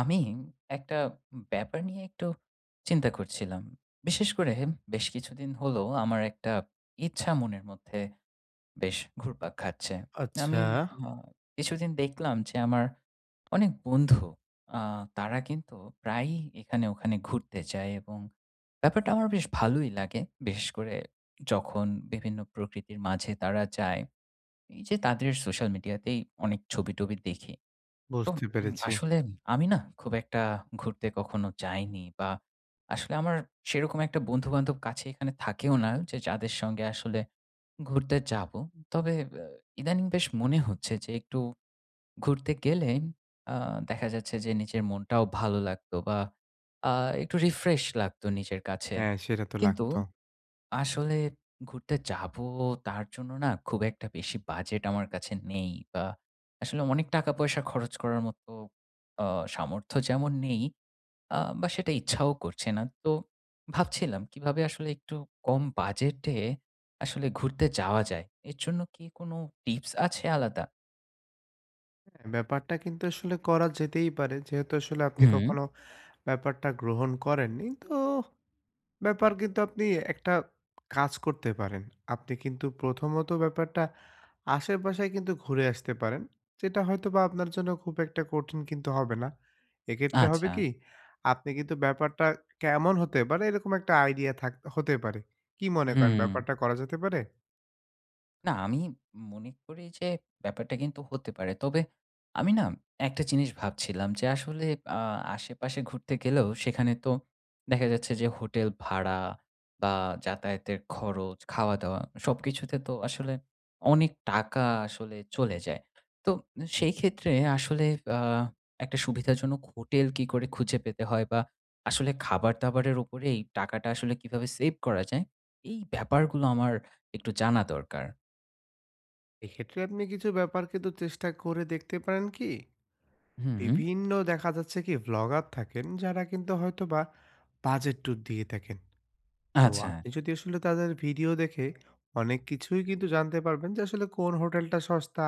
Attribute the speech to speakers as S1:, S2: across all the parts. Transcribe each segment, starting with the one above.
S1: আমি একটা ব্যাপার নিয়ে একটু চিন্তা করছিলাম। বিশেষ করে বেশ কিছুদিন হলো আমার একটা ইচ্ছা মনের মধ্যে বেশ ঘুরপাক খাচ্ছে। আমি
S2: আচ্ছা।
S1: আ কিছুদিন দেখলাম যে আমার অনেক বন্ধু আ তারা কিন্তু প্রায়ই এখানে ওখানে ঘুরতে যায়, এবং ব্যাপারটা আমার বেশ ভালোই লাগে। বিশেষ করে যখন বিভিন্ন প্রকৃতির মাঝে তারা যায়। এই যে তাদের সোশ্যাল মিডিয়াতেই অনেক ছবি-টবি দেখি। তো
S2: বুঝতে পেরেছি।
S1: আসলে আমি না খুব একটা ঘুরতে কখনো যাইনি, বা আসলে আমার সেরকম একটা বন্ধু-বান্ধব কাছে এখানে থাকেও না, যে যাদের সঙ্গে আসলে ঘুরতে যাবো। তবে আ ইদানিং বেশ মনে হচ্ছে যে একটু ঘুরতে গেলে আ দেখা যাচ্ছে যে নিজের মনটাও ভালো লাগতো, বা আ একটু রিফ্রেশ লাগতো নিজের কাছে।
S2: হ্যাঁ, সেটা তো
S1: কিন্তু
S2: লাগতো।
S1: আসলে ঘুরতে যাবো, তার জন্য না খুব একটা বেশি বাজেট আমার কাছে নেই, বা আসলে অনেক টাকা-পয়সা খরচ করার মতো আ সামর্থ্য যেমন নেই, বা সেটা ইচ্ছাও করছে না। তো ভাবছিলাম কিভাবে আসলে একটু কম বাজেটে আসলে ঘুরতে যাওয়া যায়? এর জন্য কি কোনো টিপস আছে আলাদা?
S2: হ্যাঁ, ব্যাপারটা কিন্তু আসলে করা যেতেই পারে। যেহেতু আসলে আপনি
S1: হুম।
S2: কখনো ব্যাপারটা গ্রহণ করেননি, তো ব্যাপার কিন্তু আপনি একটা কাজ করতে পারেন। আপনি কিন্তু প্রথমত ব্যাপারটা আশেপাশে কিন্তু ঘুরে আসতে পারেন। যেটা হয়তোবা আপনার জন্য খুব একটা কঠিন কিন্তু হবে না। এক্ষেত্রে হবে
S1: আচ্ছা।
S2: কি? আপনি কিন্তু ব্যাপারটা কেমন হতে পারে এরকম একটা আইডিয়া থাক হতে পারে। কি মনে করেন
S1: হুম।
S2: ব্যাপারটা করা যেতে পারে?
S1: না, আমি মনে করি যে ব্যাপারটা কিন্তু হতে পারে। তবে আমি না একটা জিনিস ভাবছিলাম যে আসলে আ আশেপাশে ঘুরতে গেলেও সেখানে তো দেখা যাচ্ছে যে হোটেল ভাড়া, বা যাতায়াতের খরচ, খাওয়া-দাওয়া সবকিছুতে তো আসলে অনেক টাকা আসলে চলে যায়। তো সেই ক্ষেত্রে আসলে আ একটা সুবিধাজনক হোটেল কি করে খুঁজে পেতে হয়, বা আসলে খাবার-দাবারের উপরে এই টাকাটা আসলে কিভাবে সেভ করা যায়, এই ব্যাপারগুলো আমার একটু জানা দরকার।
S2: এক্ষেত্রে আপনি কিছু ব্যাপার কিন্তু চেষ্টা করে দেখতে পারেন কি,
S1: হুম,
S2: বিভিন্ন দেখা যাচ্ছে কি ব্লগার থাকেন যারা কিন্তু হয়তো বা বাজেট ট্যুর দিয়ে থাকেন, তো
S1: আচ্ছা।
S2: আপনি যদি আসলে তাদের ভিডিও দেখে অনেক কিছুই কিন্তু জানতে পারবেন যে আসলে কোন হোটেলটা সস্তা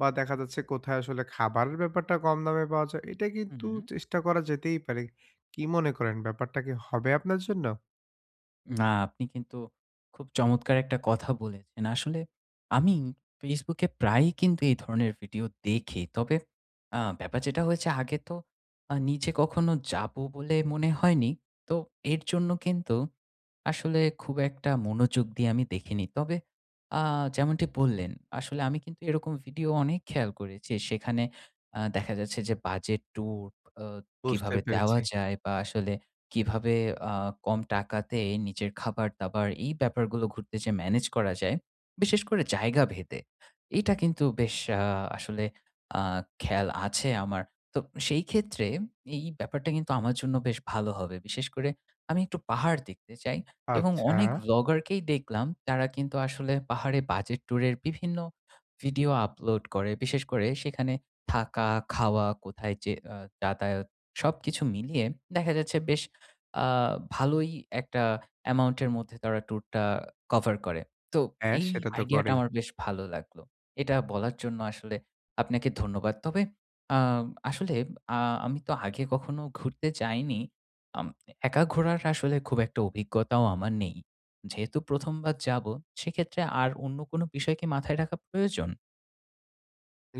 S2: বা দেখা যাচ্ছে কোথায় আসলে খাবারের ব্যাপারটা কম দামে পাওয়া যায়। এটা কিন্তু
S1: হুম,
S2: চেষ্টা করা যেতেই পারে। কি মনে করেন ব্যাপারটা কি হবে আপনার জন্য?
S1: না আপনি কিন্তু খুব চমৎকার একটা কথা বলেছেন। আসলে আমি Facebook এ প্রায়ই কিন্তু এই ধরনের ভিডিও দেখি। তবে ব্যাপার যেটা হয়েছে আগে, তো নিজে কখনো যাবো বলে মনে হয়নি। তো এর জন্য কিন্তু আসলে খুব একটা মনোযোগ দিয়ে আমি দেখিনি। তবে আ যেমনটি বললেন, আসলে আমি কিন্তু এরকম ভিডিও অনেক খেয়াল করেছি। সেখানে দেখা যাচ্ছে যে বাজেট ট্যুর আ
S2: বুঝতে
S1: কিভাবে দেওয়া
S2: পেরেছি।
S1: যায়, বা আসলে কিভাবে আ কম টাকাতে নিজের খাবার-দাবার এই ব্যাপারগুলো ঘুরতে যে ম্যানেজ করা যায়, বিশেষ করে জায়গা ভেদে। এটা কিন্তু বেশ আসলে আ খেয়াল আছে আমার। তো সেই ক্ষেত্রে এই ব্যাপারটা কিন্তু আমার জন্য বেশ ভালো হবে। বিশেষ করে আমি একটু পাহাড় দেখতে চাই, এবং
S2: আচ্ছা।
S1: অনেক ভ্লগারকেই দেখলাম তারা কিন্তু আসলে পাহাড়ে বাজেট ট্যুরের বিভিন্ন ভিডিও আপলোড করে। বিশেষ করে সেখানে থাকা, খাওয়া, কোথায় যে যাতায়াত, সবকিছু মিলিয়ে দেখা যাচ্ছে বেশ আ ভালোই একটা অ্যামাউন্ট এর মধ্যে তারা ট্যুরটা কভার করে। তো
S2: হ্যাঁ,
S1: এই
S2: সেটা তো
S1: আইডিয়াটা
S2: করেই।
S1: আমার বেশ ভালো লাগলো। এটা বলার জন্য আসলে আপনাকে ধন্যবাদ। তবে আ আসলে আ আমি তো আগে কখনো ঘুরতে যাইনি। আম একা ঘোরার আসলে খুব একটা অভিজ্ঞতাও আমার নেই। যেহেতু প্রথম বার যাবো, সেক্ষেত্রে আর অন্য কোনো বিষয় কি মাথায় রাখা প্রয়োজন?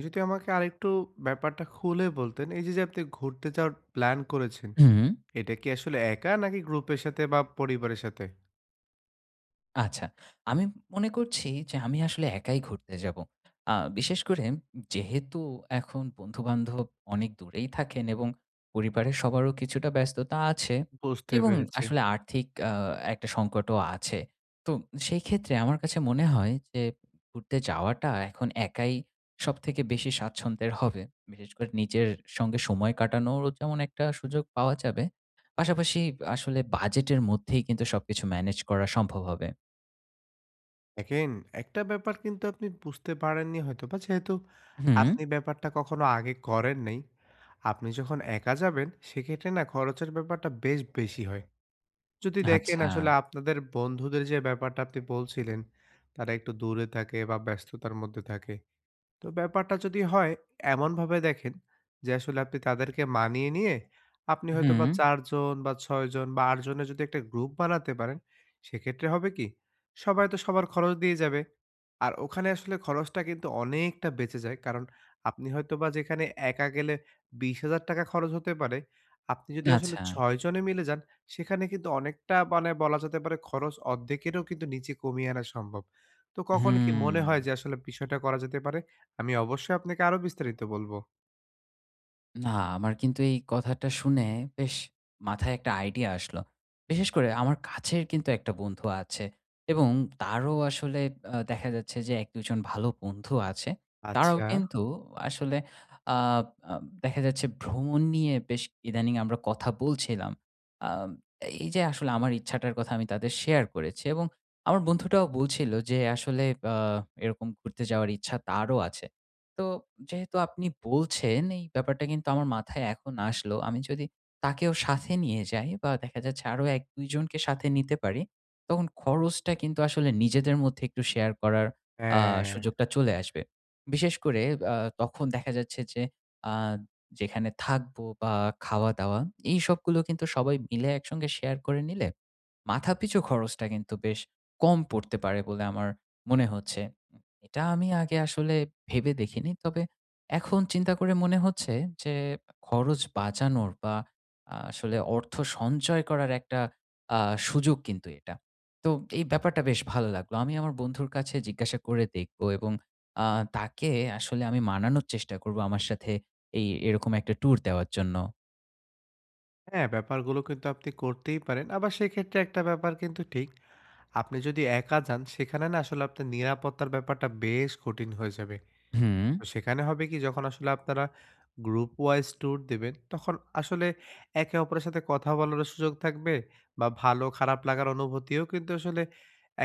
S2: যদি আমাকে আরেকটু ব্যাপারটা খুলে বলতেন, এই যে, আপনি ঘুরতে যাওয়ার প্ল্যান করেছেন,
S1: হুম।
S2: এটা কি আসলে একা নাকি গ্রুপের সাথে বা পরিবারের সাথে?
S1: আচ্ছা। আমি মনে করছি যে আমি আসলে একাই ঘুরতে যাব। আ বিশেষ করে যেহেতু এখন বন্ধু-বান্ধব অনেক দূরেই থাকেন, এবং পরিবারের সবারও কিছুটা ব্যস্ততা আছে,
S2: বুঝতে
S1: এবং
S2: পেরেছি।
S1: আসলে আর্থিক একটা সংকটও আছে। তো সেই ক্ষেত্রে আমার কাছে মনে হয় যে ঘুরতে যাওয়াটা এখন একাই সবথেকে বেশি স্বাচ্ছন্দ্যের হবে। বিশেষ করে নিজের সঙ্গে সময় কাটানোরও যেমন একটা সুযোগ পাওয়া যাবে। পাশাপাশি আসলে বাজেটের মধ্যেই কিন্তু সবকিছু ম্যানেজ করা সম্ভব হবে।
S2: দেখেন, একটা ব্যাপার কিন্তু আপনি বুঝতে পারেননি হয়তোবা, যেহেতু
S1: হুম,
S2: আপনি ব্যাপারটা কখনো আগে করেন নাই। আপনি যখন একা যাবেন সেক্ষেত্রে না খরচের ব্যাপারটা বেশ বেশি হয়। যদি দেখেন
S1: আচ্ছা।
S2: আসলে আপনাদের বন্ধুদের যে, ব্যাপারটা আপনি বলছিলেন, তারা একটু দূরে থাকে বা ব্যস্ততার মধ্যে থাকে। তো ব্যাপারটা যদি হয় এমনভাবে দেখেন যে আসলে আপনি তাদেরকে মানিয়ে নিয়ে আপনি হয়তো
S1: হুম,
S2: বা ৪ জন বা ৬ জন বা ৮ জনের যদি একটা গ্রুপ বানাতে পারেন, সেক্ষেত্রে হবে কি? সবাই তো সবার খরচ দিয়ে যাবে। আর ওখানে আসলে খরচটা কিন্তু অনেকটা বেঁচে যায়। কারণ আপনি হয়তোবা যেখানে একা গেলে ৳২০,০০০ খরচ হতে পারে, আপনি যদি আসলে
S1: আচ্ছা।
S2: ৬ জনে মিলে যান, সেখানে কিন্তু অনেকটা মানে বলা যেতে পারে খরচ অর্ধেকেরও কিন্তু নিচে কমিয়ে আনা সম্ভব। তো কখনো কি
S1: হুম।
S2: মনে হয় যে আসলে বিষয়টা করা যেতে পারে? আমি অবশ্যই আপনাকে আরো বিস্তারিত বলবো।
S1: না, আমার কিন্তু এই কথাটা শুনে বেশ মাথায় একটা আইডিয়া আসলো। বিশেষ করে আমার কাছের কিন্তু একটা বন্ধু আছে, এবং তারও আসলে দেখা যাচ্ছে যে ১-২ জন ভালো বন্ধু আছে। তারাও
S2: আচ্ছা,
S1: কিন্তু আসলে আ আ দেখা যাচ্ছে ভ্রমণ নিয়ে বেশ ইদানিং আমরা কথা বলছিলাম। আ এই যে আসলে আমার ইচ্ছাটার কথা আমি তাদের শেয়ার করেছি, এবং আমার বন্ধুটাও বলছিল যে আসলে আ এরকম ঘুরতে যাওয়ার ইচ্ছা তারও আছে। তো যেহেতু আপনি বলছেন এই ব্যাপারটা কিন্তু আমার মাথায় এখন আসলো। আমি যদি তাকেও সাথে নিয়ে যাই, বা দেখা যাচ্ছে আরো ১-২ জনকে সাথে নিতে পারি, তখন খরচটা কিন্তু আসলে নিজেদের মধ্যে একটু শেয়ার করার আ
S2: হ্যাঁ।
S1: সুযোগটা চলে আসবে। বিশেষ করে আ তখন দেখা যাচ্ছে যে আ যেখানে থাকবো, বা খাওয়া-দাওয়া, এই সবগুলো কিন্তু সবাই মিলে একসঙ্গে শেয়ার করে নিলে মাথাপিছু খরচটা কিন্তু বেশ কম পড়তে পারে বলে আমার মনে হচ্ছে। এটা আমি আগে আসলে ভেবে দেখিনি। তবে এখন চিন্তা করে মনে হচ্ছে যে খরচ বাঁচানোর, বা আসলে অর্থ সঞ্চয় করার একটা আ সুযোগ কিন্তু এটা। তো এই ব্যাপারটা বেশ ভালো লাগলো। আমি আমার বন্ধুর কাছে জিজ্ঞাসা করে দেখব, এবং আ তাকে আসলে আমি মানানোর চেষ্টা করব আমার সাথে এই এরকম একটা ট্যুর দেওয়ার জন্য।
S2: হ্যাঁ, ব্যাপারগুলো কিন্তু আপনি করতেই পারেন। আবার সেক্ষেত্রে একটা ব্যাপার কিন্তু ঠিক, আপনি যদি একা যান, সেখানে না আসলে আপনার নিরাপত্তার ব্যাপারটা বেশ কঠিন হয়ে যাবে।
S1: হুম,
S2: তো সেখানে হবে কি যখন আসলে আপনারা গ্রুপ ওয়াইজ ট্যুর দিবেন, তখন আসলে একে অপরের সাথে কথা বলারও সুযোগ থাকবে বা ভালো খারাপ লাগার অনুভূতিও কিন্তু আসলে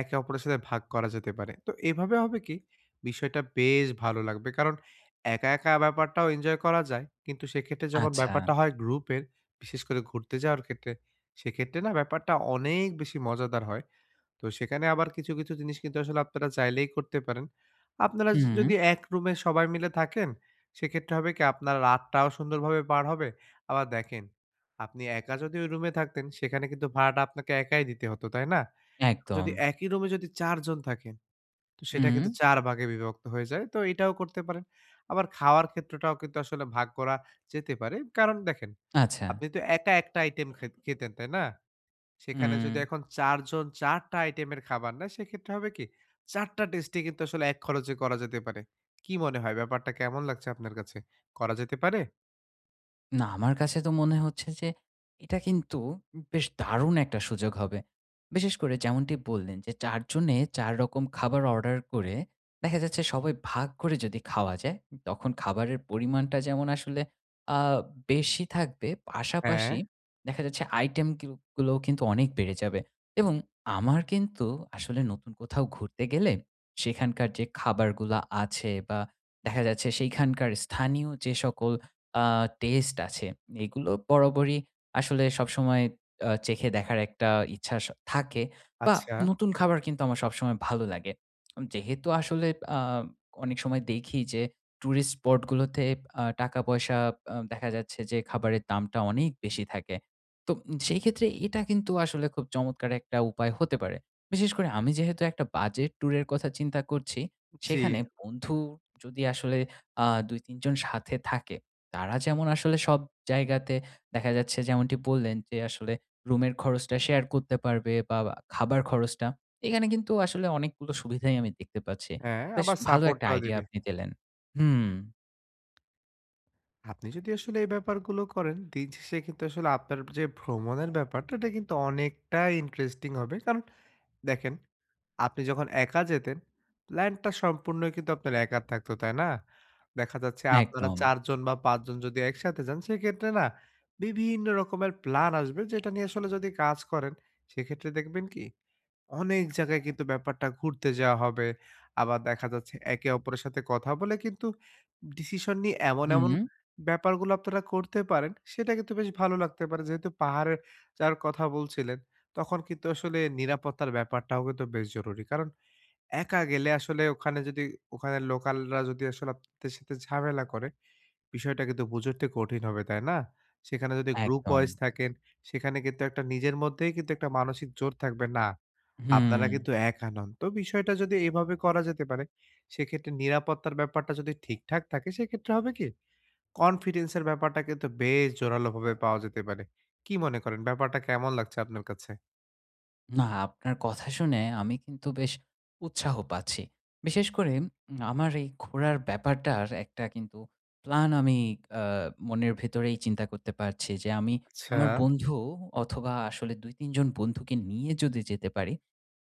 S2: একে অপরের সাথে ভাগ করা যেতে পারে। তো এভাবে হবে কি বিষয়টা বেশ ভালো লাগবে। কারণ একা, একা ব্যাপারটাও এনজয় করা যায়। কিন্তু সেক্ষেত্রে যখন
S1: আচ্ছা।
S2: ব্যাপারটা হয় গ্রুপের, বিশেষ করে ঘুরতে যাওয়ার ক্ষেত্রে, সেক্ষেত্রে না ব্যাপারটা অনেক বেশি মজাদার হয়। তো সেখানে আবার কিছু জিনিস কিন্তু আসলে আপনারা চাইলেই করতে পারেন। আপনারা
S1: হুম,
S2: যদি এক রুমে সবাই মিলে থাকেন, সেক্ষেত্রে হবে কি আপনার রাতটাও সুন্দরভাবে পার হবে। আবার দেখেন, আপনি একা যদি ওই রুমে থাকতেন, সেখানে কিন্তু ভাড়াটা আপনাকে একাই দিতে হতো, তাই না?
S1: একদম।
S2: একই রুমে যদি ৪ জন থাকেন, তো সেটা
S1: হুম,
S2: কিন্তু ৪ ভাগে বিভক্ত হয়ে যায়। তো এটাও করতে পারেন। আবার খাওয়ার ক্ষেত্রটাও কিন্তু আসলে ভাগ করা যেতে পারে। কারণ দেখেন,
S1: আচ্ছা।
S2: আপনি তো একা একটা আইটেম খেতেন, তাই না? সেখানে যদি
S1: হুম।
S2: এখন ৪ জন ৪ টা আইটেমের খাবার নেয়, সেক্ষেত্রে হবে কি ৪ টা টেস্টই কিন্তু আসলে এক খরচে করা যেতে পারে। কি মনে হয় ব্যাপারটা কেমন লাগছে আপনার কাছে? করা যেতে পারে?
S1: না, আমার কাছে তো মনে হচ্ছে যে এটা কিন্তু বেশ দারুণ একটা সুযোগ হবে। বিশেষ করে যেমনটি বললেন যে ৪ জনে ৪ রকম খাবার অর্ডার করে দেখা যাচ্ছে সবাই ভাগ করে যদি খাওয়া যায়, তখন খাবারের পরিমাণটা যেমন আসলে আ বেশি থাকবে,
S2: হ্যাঁ,
S1: পাশাপাশি দেখা যাচ্ছে আইটেম কিউ গুলোও কিন্তু অনেক বেড়ে যাবে, এবং আমার কিন্তু আসলে নতুন কোথাও ঘুরতে গেলে সেখানকার যে খাবারগুলা আছে, বা দেখা যাচ্ছে সেইখানকার স্থানীয় যে সকল আ টেস্ট আছে। এগুলো বরাবরই আসলে সবসময় চেখে দেখার একটা ইচ্ছা থাকে, বা
S2: আচ্ছা।
S1: নতুন খাবার কিন্তু আমার সবসময় ভালো লাগে। যেহেতু আসলে আ অনেক সময় দেখি যে টুরিস্ট স্পট গুলোতে টাকা-পয়সা দেখা যাচ্ছে যে খাবারের দামটা অনেক বেশি থাকে। তো সেই ক্ষেত্রে এটা কিন্তু আসলে খুব চমৎকার একটা উপায় হতে পারে। বিশেষ করে আমি যেহেতু একটা বাজেট ট্যুর এর কথা চিন্তা করছি,
S2: জি,
S1: সেখানে বন্ধু যদি আসলে ২-৩ জন সাথে থাকে, তারা যেমন আসলে সব জায়গাতে দেখা যাচ্ছে যেমনটি বললেন যে আসলে রুমের খরচটা শেয়ার করতে পারবে, বা খাবার খরচটা। এখানে কিন্তু আসলে অনেকগুলো সুবিধাই আমি দেখতে পাচ্ছি।
S2: হ্যাঁ,
S1: বেশ
S2: আবার
S1: ভালো একটা
S2: সাপোর্টটাও
S1: আইডিয়া
S2: দিবে।
S1: আপনি দিলেন। হুম,
S2: আপনি যদি আসলে এই ব্যাপারগুলো করেন, দিন শেষে কিন্তু আসলে আপনার যে ভ্রমণের ব্যাপারটা, এটা কিন্তু অনেকটাই ইন্টারেস্টিং হবে। কারণ দেখেন, আপনি যখন একা যেতেন, প্ল্যানটা সম্পূর্ণই কিন্তু আপনার একার থাকতো, তাই না? দেখা যাচ্ছে আপনারা
S1: একদম।
S2: ৪ জন বা ৫ জন যদি একসাথে যান, সেক্ষেত্রে না বিভিন্ন রকমের প্ল্যান আসবে, যেটা নিয়ে আসলে যদি কাজ করেন, সেক্ষেত্রে দেখবেন কি অনেক জায়গায় কিন্তু ব্যাপারটা ঘুরতে যাওয়া হবে। আবার দেখা যাচ্ছে একে অপরের সাথে কথা বলে কিন্তু ডিসিশন নিয়ে এমন
S1: হুম,
S2: ব্যাপারগুলো আপনারা করতে পারেন, সেটা কিন্তু বেশ ভালো লাগতে পারে। যেহেতু পাহাড়ে যার কথা বলছিলেন, তখন কিন্তু আসলে নিরাপত্তার ব্যাপারটাও কিন্তু বেশ জরুরি। কারণ একা গেলে আসলে ওখানে যদি লোকালরা যদি আসলে আপনাদের সাথে ঝামেলা করে বিষয়টা কিন্তু বুঝতে কঠিন হবে, তাই না? সেখানে যদি গ্রুপ
S1: একদম।
S2: ওয়াইজ থাকেন, সেখানে কিন্তু একটা নিজের মধ্যেই কিন্তু একটা মানসিক জোর থাকবে, না, আপনারা
S1: হুম।
S2: কিন্তু একা নন। তো বিষয়টা যদি এভাবে করা যেতে পারে, সেক্ষেত্রে নিরাপত্তার ব্যাপারটা যদি ঠিকঠাক থাকে, সেক্ষেত্রে হবে কি? কনফিডেন্সের ব্যাপারটা কিন্তু বেশ জোরালোভাবে পাওয়া যেতে পারে। কি মনে করেন? ব্যাপারটা কেমন লাগছে আপনার কাছে?
S1: না, আপনার কথা শুনে আমি কিন্তু বেশ উৎসাহ পাচ্ছি। বিশেষ করে আমার এই ঘোরার ব্যাপারটার একটা কিন্তু প্ল্যান আমি আ মনের ভেতরেই চিন্তা করতে পারছি যে আমি
S2: আচ্ছা,
S1: আমার বন্ধু, অথবা আসলে ২-৩ জন বন্ধুকে নিয়ে যদি যেতে পারি,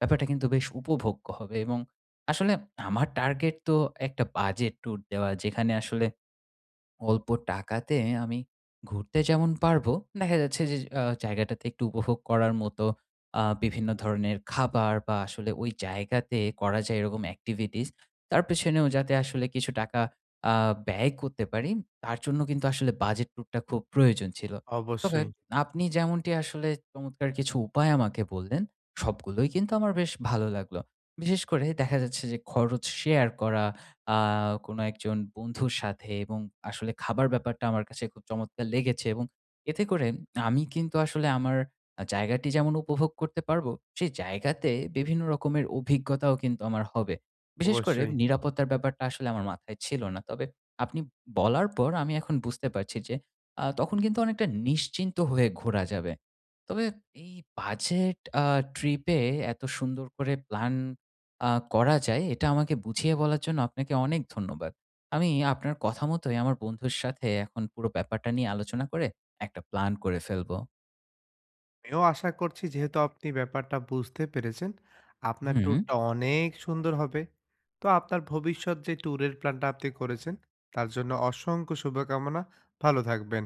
S1: ব্যাপারটা কিন্তু বেশ উপভোগ্য হবে, এবং আসলে আমার টার্গেট তো একটা বাজেট ট্যুর দেওয়া যেখানে আসলে অল্প টাকাতে আমি ঘুরতে যেমন পারবো, দেখা যাচ্ছে যে জায়গাটাতে একটু উপভোগ করার মতো বিভিন্ন ধরনের খাবার, বা আসলে ওই জায়গাতে করা যায় এরকম activities তার পেছনেও যাতে আসলে কিছু টাকা আ ব্যয় করতে পারি, তার জন্য কিন্তু আসলে বাজেট ট্যুরটা খুব প্রয়োজন ছিল। তবে
S2: অবশ্যই,
S1: আপনি যেমনটি আসলে চমৎকার কিছু উপায় আমাকে বললেন, সবগুলোই কিন্তু আমার বেশ ভালো লাগলো। বিশেষ করে দেখা যাচ্ছে যে খরচ শেয়ার করা আ কোনো একজন বন্ধুর সাথে, এবং আসলে খাবার ব্যাপারটা আমার কাছে খুব চমৎকার লেগেছে, এবং এতে করে আমি কিন্তু আসলে আমার জায়গাটি যেমন উপভোগ করতে পারবো, সেই জায়গাতে বিভিন্ন রকমের অভিজ্ঞতাও কিন্তু আমার হবে। বিশেষ করে
S2: অবশ্যই।
S1: নিরাপত্তার ব্যাপারটা আসলে আমার মাথায় ছিল না। তবে আপনি বলার পর আমি এখন বুঝতে পারছি যে তখন কিন্তু অনেকটা নিশ্চিন্ত হয়ে ঘোরা যাবে। তবে এই বাজেট ট্রিপে এত সুন্দর করে প্ল্যান আ করা যায় এটা আমাকে বুঝিয়ে বলার জন্য আপনাকে অনেক ধন্যবাদ। আমি আপনার কথা মতোই আমার বন্ধুর সাথে এখন পুরো ব্যাপারটা নিয়ে আলোচনা করে একটা প্ল্যান করে ফেলব।
S2: আমিও আশা করছি যেহেতু আপনি ব্যাপারটা বুঝতে পেরেছেন, আপনার
S1: হুম।
S2: ট্যুরটা অনেক সুন্দর হবে। তো আপনার ভবিষ্যৎ যে ট্যুরের প্ল্যানটা আপনি করেছেন, তার জন্য অসংখ্য শুভকামনা। ভালো থাকবেন।